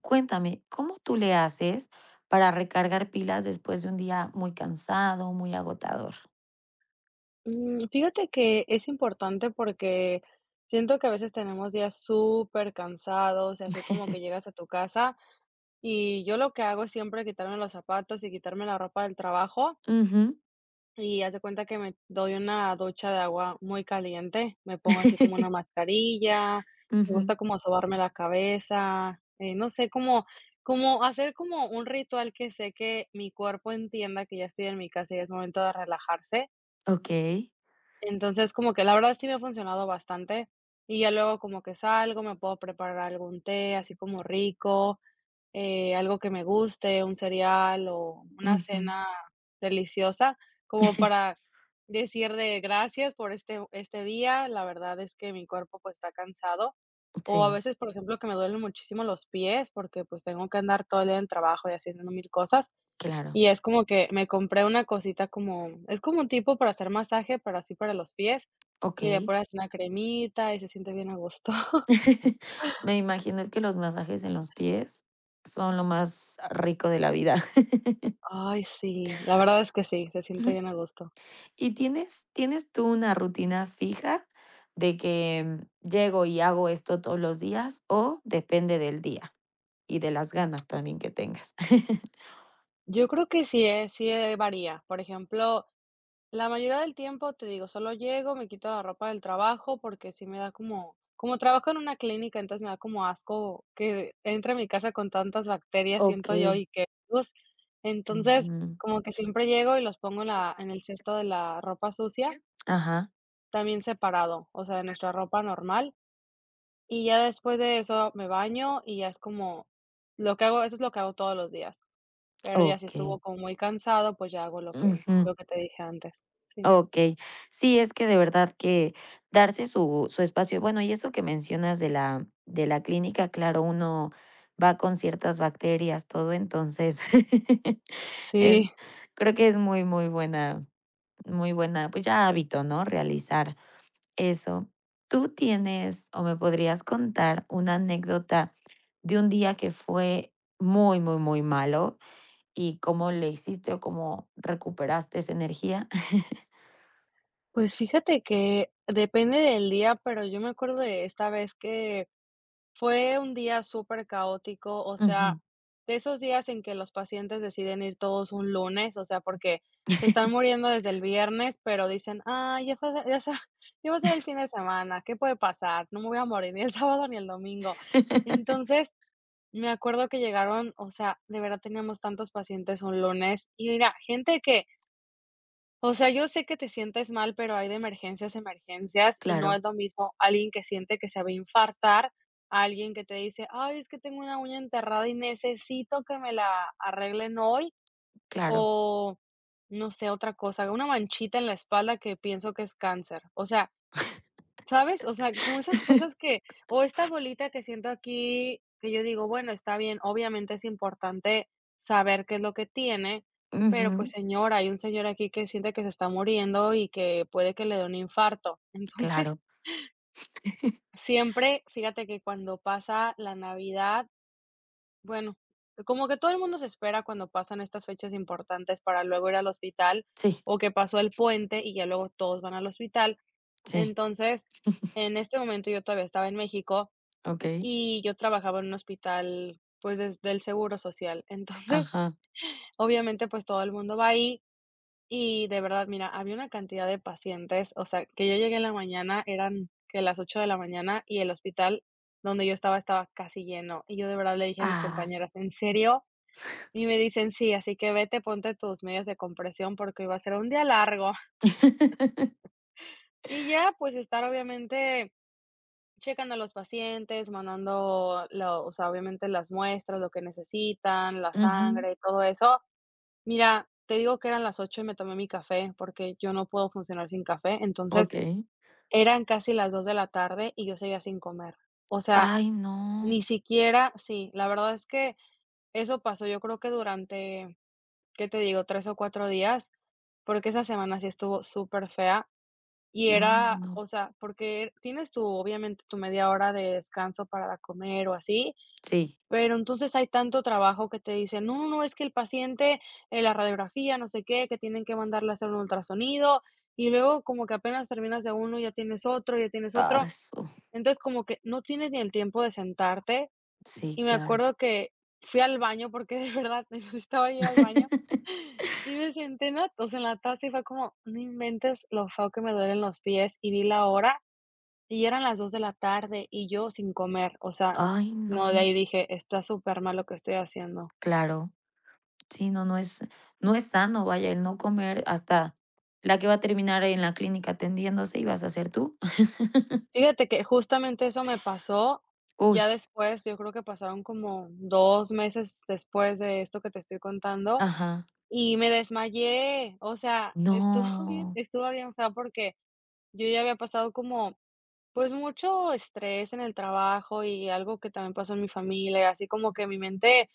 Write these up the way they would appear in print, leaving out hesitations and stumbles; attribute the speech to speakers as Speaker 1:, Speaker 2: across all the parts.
Speaker 1: Cuéntame, ¿cómo tú le haces para recargar pilas después de un día muy cansado, muy agotador?
Speaker 2: Mm, fíjate que es importante porque siento que a veces tenemos días súper cansados y así como que llegas a tu casa y yo lo que hago es siempre quitarme los zapatos y quitarme la ropa del trabajo
Speaker 1: Ujú.
Speaker 2: y haz de cuenta que me doy una ducha de agua muy caliente, me pongo así como una mascarilla, me
Speaker 1: Ujú.
Speaker 2: gusta como sobarme la cabeza, no sé, como hacer como un ritual que sé que mi cuerpo entienda que ya estoy en mi casa y es momento de relajarse.
Speaker 1: Okey.
Speaker 2: Entonces, como que la verdad sí me ha funcionado bastante, y ya luego como que salgo, me puedo preparar algún té así como rico, algo que me guste, un cereal o una
Speaker 1: Ujú.
Speaker 2: cena deliciosa, como para decir de gracias por este día, la verdad es que mi cuerpo, pues, está cansado, o a
Speaker 1: Sí,
Speaker 2: veces, por ejemplo, que me duelen muchísimo los pies porque, pues, tengo que andar todo el día en el trabajo y haciendo mil cosas,
Speaker 1: claro.
Speaker 2: y es como que me compré una cosita como es como un tipo para hacer masaje, pero así para los pies, y le
Speaker 1: Okey.
Speaker 2: pones una cremita y se siente bien a gusto.
Speaker 1: Me imagino, es que los masajes en los pies son lo más rico de la vida.
Speaker 2: Ay, sí, la verdad es que sí, se siente bien a gusto.
Speaker 1: ¿Y tienes tú una rutina fija de que, llego y hago esto todos los días o depende del día? Y de las ganas también que tengas.
Speaker 2: Yo creo que sí, sí, varía. Por ejemplo, la mayoría del tiempo, te digo, solo llego, me quito la ropa del trabajo porque sí me da como trabajo en una clínica, entonces me da como asco que entre a mi casa con tantas bacterias, siento yo,
Speaker 1: Okey.
Speaker 2: y que virus. Entonces,
Speaker 1: Ujú.
Speaker 2: como que siempre llego y los pongo en el cesto de la ropa sucia,
Speaker 1: Ajá.
Speaker 2: también separado, o sea, de nuestra ropa normal. Y ya después de eso me baño y ya es como lo que hago, eso es lo que hago todos los días. Pero ya si
Speaker 1: Okey.
Speaker 2: estuvo como muy cansado, pues ya hago lo que,
Speaker 1: Ujú.
Speaker 2: lo que te dije antes. Sí.
Speaker 1: Okey. Sí, es que de verdad que darse su espacio. Bueno, y eso que mencionas de la clínica, claro, uno va con ciertas bacterias, todo, entonces, es
Speaker 2: Sí.
Speaker 1: creo que es muy, muy buena, pues, ya hábito, ¿no? Realizar. Eso. ¿Tú tienes o me podrías contar una anécdota de un día que fue muy, muy, muy malo y cómo le hiciste o cómo recuperaste esa energía?
Speaker 2: Pues fíjate que depende del día, pero yo me acuerdo de esta vez que fue un día súper caótico, o sea,
Speaker 1: Ujú.
Speaker 2: de esos días en que los pacientes deciden ir todos un lunes, o sea, porque se están muriendo desde el viernes, pero dicen: "Ay, ya fue ya se ya va a ser el fin de semana, ¿qué puede pasar? No me voy a morir ni el sábado ni el domingo". Entonces, me acuerdo que llegaron, o sea, de verdad teníamos tantos pacientes un lunes y mira, gente que, o sea, yo sé que te sientes mal, pero hay de emergencias a emergencias, y no
Speaker 1: Claro,
Speaker 2: es lo mismo alguien que siente que se va a infartar, a alguien que te dice: "Ay, es que tengo una uña enterrada y necesito que me la arreglen hoy",
Speaker 1: claro.
Speaker 2: o no sé, otra cosa, una manchita en la espalda que pienso que es cáncer. O sea, ¿sabes? O sea, como esas cosas que o esta bolita que siento aquí, que yo digo, bueno, está bien, obviamente es importante saber qué es lo que tiene, pero pues
Speaker 1: Ujú,
Speaker 2: señora, hay un señor aquí que siente que se está muriendo y que puede que le dé un infarto. Entonces,
Speaker 1: claro.
Speaker 2: siempre, fíjate que cuando pasa la Navidad, bueno, como que todo el mundo se espera cuando pasan estas fechas importantes para luego ir al hospital
Speaker 1: Sí,
Speaker 2: o que pasó el puente y ya luego todos van al hospital.
Speaker 1: sí,
Speaker 2: Entonces, en este momento yo todavía estaba en México
Speaker 1: okey.
Speaker 2: y yo trabajaba en un hospital, pues, desde el seguro social. Entonces,
Speaker 1: Ajá.
Speaker 2: obviamente, pues, todo el mundo va ahí y de verdad, mira, había una cantidad de pacientes, o sea, que yo llegué en la mañana, eran que las 8 de la mañana y el hospital donde yo estaba, estaba casi lleno. Y yo de verdad le dije a mis
Speaker 1: Ah, su
Speaker 2: compañeras: "¿En serio?". Y me dicen: "Sí, así que vete, ponte tus medias de compresión porque iba a ser un día largo". Y ya, pues, estar obviamente checan a los pacientes, mandando lo, o sea, obviamente las muestras, lo que necesitan, la
Speaker 1: Ujú,
Speaker 2: sangre y todo eso. Mira, te digo que eran las 8 y me tomé mi café, porque yo no puedo funcionar sin café. Entonces,
Speaker 1: okey.
Speaker 2: eran casi las 2 de la tarde y yo seguía sin comer. O sea,
Speaker 1: Ay, no.
Speaker 2: ni siquiera sí, la verdad es que eso pasó, yo creo que durante, ¿qué te digo?, 3 o 4 días, porque esa semana sí estuvo súper fea. Y
Speaker 1: Ay,
Speaker 2: era,
Speaker 1: no.
Speaker 2: o sea, porque tienes tu, obviamente, tu media hora de descanso para comer o así,
Speaker 1: Sí.
Speaker 2: pero entonces hay tanto trabajo que te dicen: "No, no, es que el paciente, la radiografía, no sé qué, que tienen que mandarle a hacer un ultrasonido", y luego como que apenas terminas de uno, ya tienes otro, ya tienes
Speaker 1: Ah,
Speaker 2: otro.
Speaker 1: su
Speaker 2: Entonces, como que no tienes ni el tiempo de sentarte,
Speaker 1: Sí,
Speaker 2: y me
Speaker 1: claro.
Speaker 2: acuerdo que fui al baño porque de verdad necesitaba ir al baño, y me senté en la, o sea, en la taza y fue como: "No inventes lo feo que me duelen los pies", y vi la hora y eran las 2 de la tarde y yo sin comer, o sea,
Speaker 1: Ay, no.
Speaker 2: no, de ahí dije: "Está súper mal lo que estoy haciendo".
Speaker 1: Claro, sí, no, no es sano, vaya, el no comer hasta la que va a terminar en la clínica atendiéndose, y vas a ser tú.
Speaker 2: Fíjate que justamente eso me pasó
Speaker 1: Uy.
Speaker 2: ya después, yo creo que pasaron como 2 meses después de esto que te estoy contando,
Speaker 1: Ajá.
Speaker 2: y me desmayé, o sea, estuvo bien
Speaker 1: No.
Speaker 2: estuvo bien feo porque yo ya había pasado como, pues, mucho estrés en el trabajo y algo que también pasó en mi familia, así como que mi mente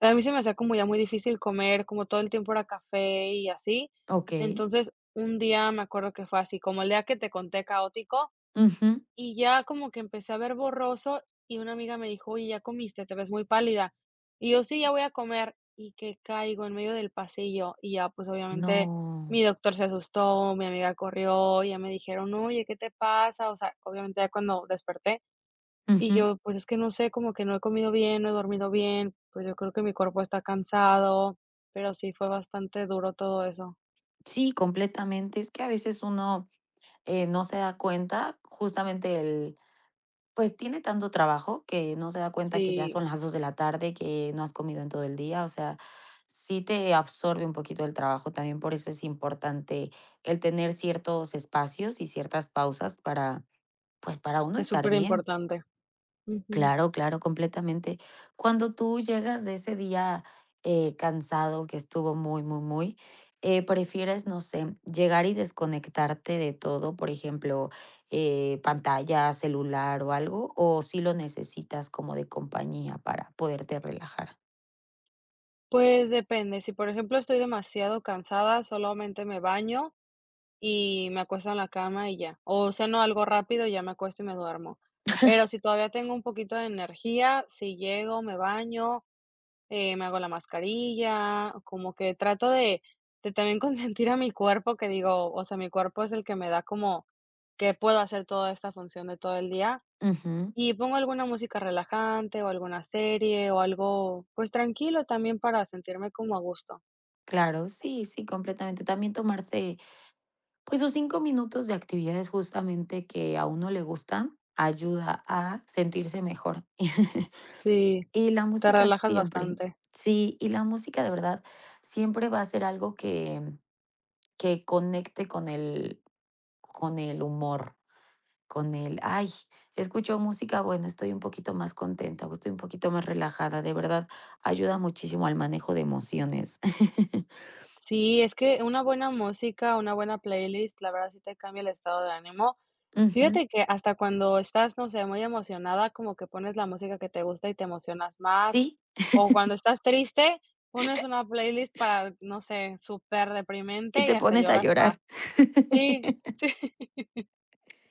Speaker 2: a mí se me hacía como ya muy difícil comer, como todo el tiempo era café y así.
Speaker 1: Okey.
Speaker 2: Entonces, un día me acuerdo que fue así, como el día que te conté caótico,
Speaker 1: Ujú.
Speaker 2: y ya como que empecé a ver borroso y una amiga me dijo: "Oye, ya comiste, te ves muy pálida". Y yo: "Sí, ya voy a comer", y que caigo en medio del pasillo y ya pues obviamente
Speaker 1: No.
Speaker 2: mi doctor se asustó, mi amiga corrió, y ya me dijeron: "Oye, ¿qué te pasa?". O sea, obviamente ya cuando desperté y
Speaker 1: Ujú.
Speaker 2: yo, pues, es que no sé, como que no he comido bien, no he dormido bien, pues, yo creo que mi cuerpo está cansado, pero sí fue bastante duro todo eso.
Speaker 1: Sí, completamente. Es que a veces uno, no se da cuenta, justamente el Pues tiene tanto trabajo que no se da cuenta que ya
Speaker 2: Sí,
Speaker 1: son las 2 de la tarde, que no has comido en todo el día, o sea, sí te absorbe un poquito el trabajo, también por eso es importante el tener ciertos espacios y ciertas pausas para, pues, para uno
Speaker 2: es
Speaker 1: estar bien.
Speaker 2: superimportante. Ujú.
Speaker 1: Claro, claro, completamente. Cuando tú llegas de ese día, cansado, que estuvo muy, muy, muy, prefieres, no sé, llegar y desconectarte de todo, por ejemplo, pantalla, celular o algo, o si lo necesitas como de compañía para poderte relajar.
Speaker 2: Pues depende, si por ejemplo estoy demasiado cansada, solamente me baño y me acuesto en la cama y ya, o ceno algo rápido y ya me acuesto y me duermo. Pero si todavía tengo un poquito de energía, si llego, me baño, me hago la mascarilla, como que trato de también consentir a mi cuerpo, que digo, o sea, mi cuerpo es el que me da como que puedo hacer toda esta función de todo el día.
Speaker 1: Ujú.
Speaker 2: Y pongo alguna música relajante o alguna serie o algo, pues tranquilo también para sentirme como a gusto.
Speaker 1: Claro, sí, sí, completamente. También tomarse, pues, los 5 minutos de actividades justamente que a uno le gustan ayuda a sentirse mejor.
Speaker 2: Sí,
Speaker 1: Y la
Speaker 2: te
Speaker 1: música
Speaker 2: relajas
Speaker 1: siempre.
Speaker 2: bastante.
Speaker 1: Sí, y la música de verdad siempre va a ser algo que conecte con el humor, con el: "Ay, escucho música, bueno, estoy un poquito más contenta o estoy un poquito más relajada", de verdad ayuda muchísimo al manejo de emociones.
Speaker 2: Sí, es que una buena música, una buena playlist, la verdad sí te cambia el estado de ánimo.
Speaker 1: Ujú.
Speaker 2: Fíjate que hasta cuando estás, no sé, muy emocionada, como que pones la música que te gusta y te emocionas más,
Speaker 1: Sí,
Speaker 2: o cuando estás triste, pones una playlist para, no sé, súper
Speaker 1: y
Speaker 2: deprimente y
Speaker 1: te
Speaker 2: hasta
Speaker 1: pones a
Speaker 2: lloras más.
Speaker 1: llorar.
Speaker 2: Sí,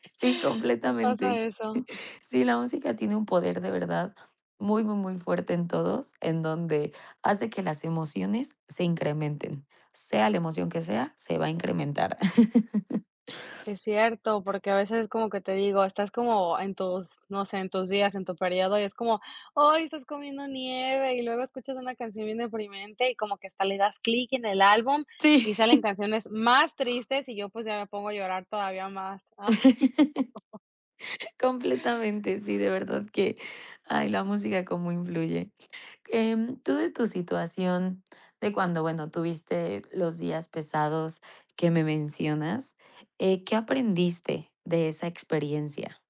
Speaker 1: Sí,
Speaker 2: sí pasa
Speaker 1: completamente.
Speaker 2: eso.
Speaker 1: Sí, la música tiene un poder de verdad muy, muy, muy fuerte en todos, en donde hace que las emociones se incrementen. Sea la emoción que sea, se va a incrementar.
Speaker 2: Es cierto, porque a veces como que te digo, estás como en tus, no sé, en tus días, en tu periodo, y es como, hoy estás comiendo nieve, y luego escuchas una canción bien deprimente, y como que hasta le das clic en el álbum,
Speaker 1: Sí,
Speaker 2: y salen canciones más tristes, y yo pues ya me pongo a llorar todavía más.
Speaker 1: completamente, sí, de verdad que, ay, la música cómo influye. Tú de tu situación, de cuando, bueno, tuviste los días pesados que me mencionas, ¿qué aprendiste de esa experiencia?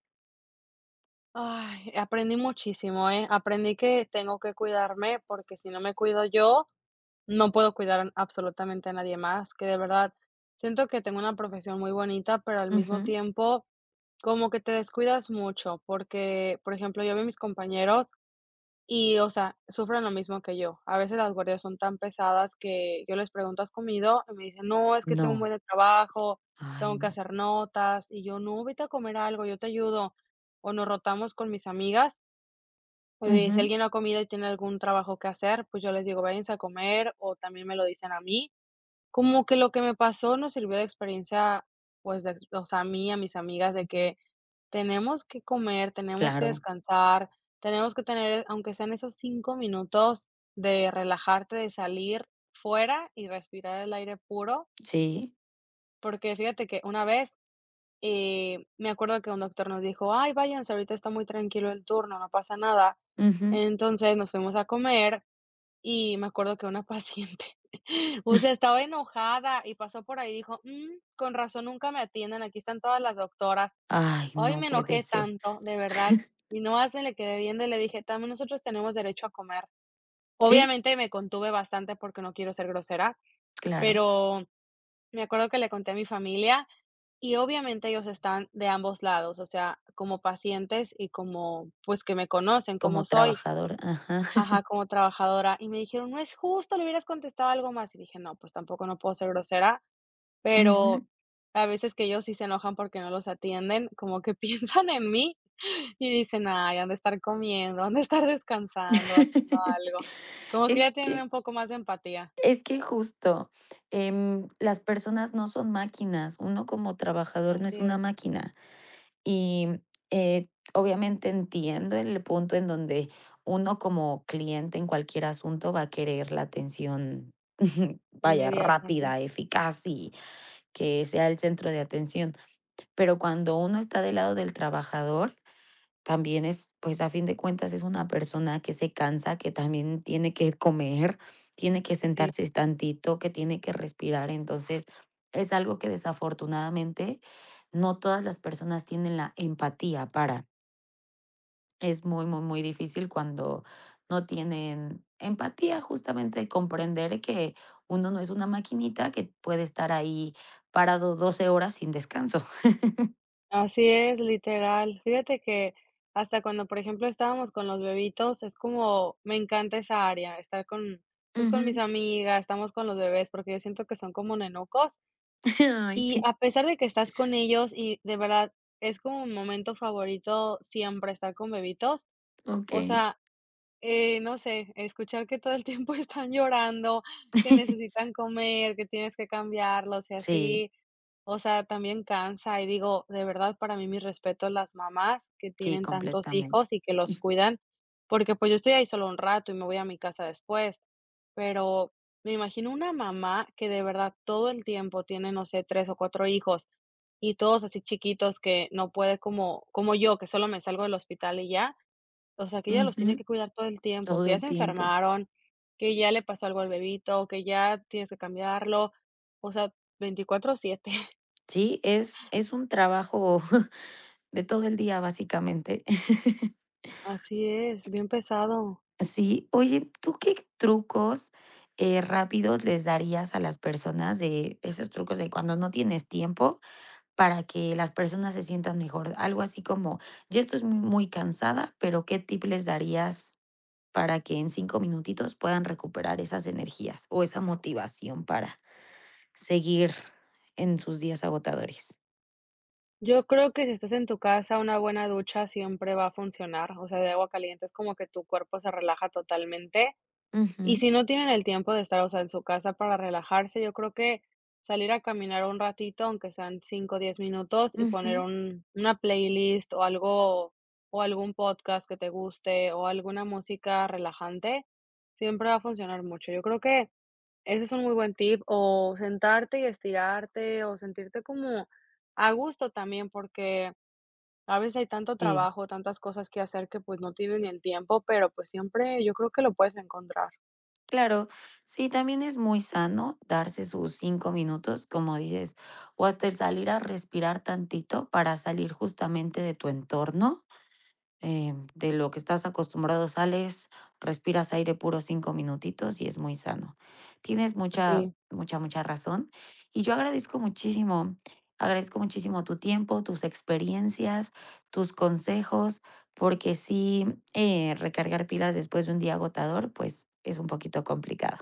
Speaker 2: Ay, ay, aprendí muchísimo, ¿eh? Aprendí que tengo que cuidarme, porque si no me cuido yo, no puedo cuidar absolutamente a nadie más, que de verdad siento que tengo una profesión muy bonita, pero al mismo tiempo como que te descuidas mucho, porque, por ejemplo, yo veo a mis compañeros y, o sea, sufren lo mismo que yo. A veces las guardias son tan pesadas que yo les pregunto: "¿Has comido?", y me dicen: "No, es que tengo un
Speaker 1: No,
Speaker 2: buen de trabajo,
Speaker 1: ay,
Speaker 2: tengo que
Speaker 1: no.
Speaker 2: hacer notas", y yo: "No, vete a comer algo, yo te ayudo", o nos rotamos con mis amigas. Si
Speaker 1: Ujú,
Speaker 2: alguien no ha comido y tiene algún trabajo que hacer, pues yo les digo: "Váyanse a comer", o también me lo dicen a mí. Como que lo que me pasó nos sirvió de experiencia, pues, de, o sea, a mí a mis amigas, de que tenemos que comer, tenemos que
Speaker 1: claro,
Speaker 2: descansar, tenemos que tener, aunque sean esos 5 minutos de relajarte, de salir fuera y respirar el aire puro,
Speaker 1: sí,
Speaker 2: porque fíjate que una vez me acuerdo que un doctor nos dijo: "Ay, váyanse, ahorita está muy tranquilo el turno, no pasa nada".
Speaker 1: ujú.
Speaker 2: Entonces, nos fuimos a comer y me acuerdo que una paciente, o sea, estaba enojada y pasó por ahí y dijo: "Mm, con razón nunca me atienden, aquí están todas las doctoras".
Speaker 1: Ay,
Speaker 2: Hoy
Speaker 1: no
Speaker 2: me
Speaker 1: puede
Speaker 2: enojé
Speaker 1: ser.
Speaker 2: tanto, de verdad, y nomás me le quedé viendo y le dije: "También nosotros tenemos derecho a comer".
Speaker 1: Sí,
Speaker 2: Obviamente me contuve bastante porque no quiero ser grosera,
Speaker 1: claro,
Speaker 2: pero me acuerdo que le conté a mi familia y obviamente ellos están de ambos lados, o sea, como pacientes y como, pues, que me conocen, cómo
Speaker 1: como
Speaker 2: soy,
Speaker 1: trabajador, ajá.
Speaker 2: ajá, como trabajadora. Y me dijeron: "No es justo, le hubieras contestado algo más". Y dije: "No, pues tampoco no puedo ser grosera", pero
Speaker 1: Ujú.
Speaker 2: a veces que ellos sí se enojan porque no los atienden, como que piensan en mí y dicen: "Ay, han de estar comiendo, han de estar descansando, haciendo algo". Como que
Speaker 1: Es
Speaker 2: ya tienen
Speaker 1: que
Speaker 2: un poco más de empatía.
Speaker 1: es que justo, las personas no son máquinas, uno como trabajador no
Speaker 2: Así
Speaker 1: es una
Speaker 2: es,
Speaker 1: máquina. Y obviamente entiendo el punto en donde uno como cliente en cualquier asunto va a querer la atención, vaya,
Speaker 2: inmediato, así.
Speaker 1: rápida, eficaz y que sea el centro de atención. Pero cuando uno está del lado del trabajador, también es, pues, a fin de cuentas, es una persona que se cansa, que también tiene que comer, tiene que
Speaker 2: Sí.
Speaker 1: sentarse tantito, que tiene que respirar. Entonces, es algo que desafortunadamente no todas las personas tienen la empatía para. Es muy, muy, muy difícil cuando no tienen empatía, justamente comprender que uno no es una maquinita que puede estar ahí parado 12 horas sin descanso.
Speaker 2: Así es, literal. Fíjate que hasta cuando, por ejemplo, estábamos con los bebitos, es como me encanta esa área, estar con, pues, con mis
Speaker 1: Ujú.
Speaker 2: amigas, estamos con los bebés, porque yo siento que son como nenucos.
Speaker 1: Ay,
Speaker 2: Y
Speaker 1: sí,
Speaker 2: a pesar de que estás con ellos y de verdad es como mi momento favorito siempre estar con bebitos. O
Speaker 1: okey.
Speaker 2: sea, no sé, escuchar que todo el tiempo están llorando, que necesitan comer, que tienes que cambiarlos y
Speaker 1: Sí,
Speaker 2: así, o sea, también cansa. Y digo, de verdad, para mí, mis respetos las mamás que
Speaker 1: sí,
Speaker 2: tienen tantos
Speaker 1: completamente.
Speaker 2: hijos y que los cuidan, porque, pues, yo estoy ahí solo un rato y me voy a mi casa después, pero me imagino una mamá que de verdad todo el tiempo tiene, no sé, 3 o 4 hijos y todos así chiquitos que no puede como como yo, que solo me salgo del hospital y ya, o sea, que ella los tiene
Speaker 1: Ujú,
Speaker 2: que cuidar todo el tiempo,
Speaker 1: todo
Speaker 2: que ya
Speaker 1: el
Speaker 2: se
Speaker 1: tiempo.
Speaker 2: enfermaron, que ya le pasó algo al bebito, que ya tienes que cambiarlo, o sea, 24/7.
Speaker 1: Sí, es un trabajo de todo el día, básicamente.
Speaker 2: Así es, bien pesado.
Speaker 1: Sí, oye, ¿tú qué trucos, rápidos les darías a las personas de esos trucos de cuando no tienes tiempo para que las personas se sientan mejor? Algo así como, ya estoy muy muy cansada, pero, ¿qué tip les darías para que en 5 minutitos puedan recuperar esas energías o esa motivación para seguir en sus días agotadores?
Speaker 2: Yo creo que si estás en tu casa, una buena ducha siempre va a funcionar, o sea, de agua caliente es como que tu cuerpo se relaja totalmente. Y
Speaker 1: Ujú,
Speaker 2: si no tienen el tiempo de estar, o sea, en su casa para relajarse, yo creo que salir a caminar un ratito, aunque sean 5, o 10 minutos, y poner
Speaker 1: ujú,
Speaker 2: un una playlist o algo o algún podcast que te guste o alguna música relajante, siempre va a funcionar mucho. Yo creo que ese es un muy buen tip, o sentarte y estirarte, o sentirte como a gusto también, porque a veces hay tanto
Speaker 1: sí.
Speaker 2: trabajo, tantas cosas que hacer que, pues, no tienes ni el tiempo, pero, pues, siempre yo creo que lo puedes encontrar.
Speaker 1: Claro, sí, también es muy sano darse sus 5 minutos, como dices, o hasta el salir a respirar tantito para salir justamente de tu entorno, de lo que estás acostumbrado sales, respiras aire puro 5 minutitos y es muy sano. Tienes mucha,
Speaker 2: Sí.
Speaker 1: mucha, mucha razón. Y yo agradezco muchísimo tu tiempo, tus experiencias, tus consejos, porque sí, recargar pilas después de un día agotador, pues es un poquito complicado.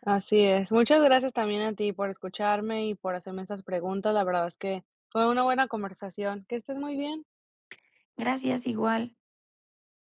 Speaker 2: Así es. Muchas gracias también a ti por escucharme y por hacerme estas preguntas. La verdad es que fue una buena conversación. Que estés muy bien.
Speaker 1: Gracias igual.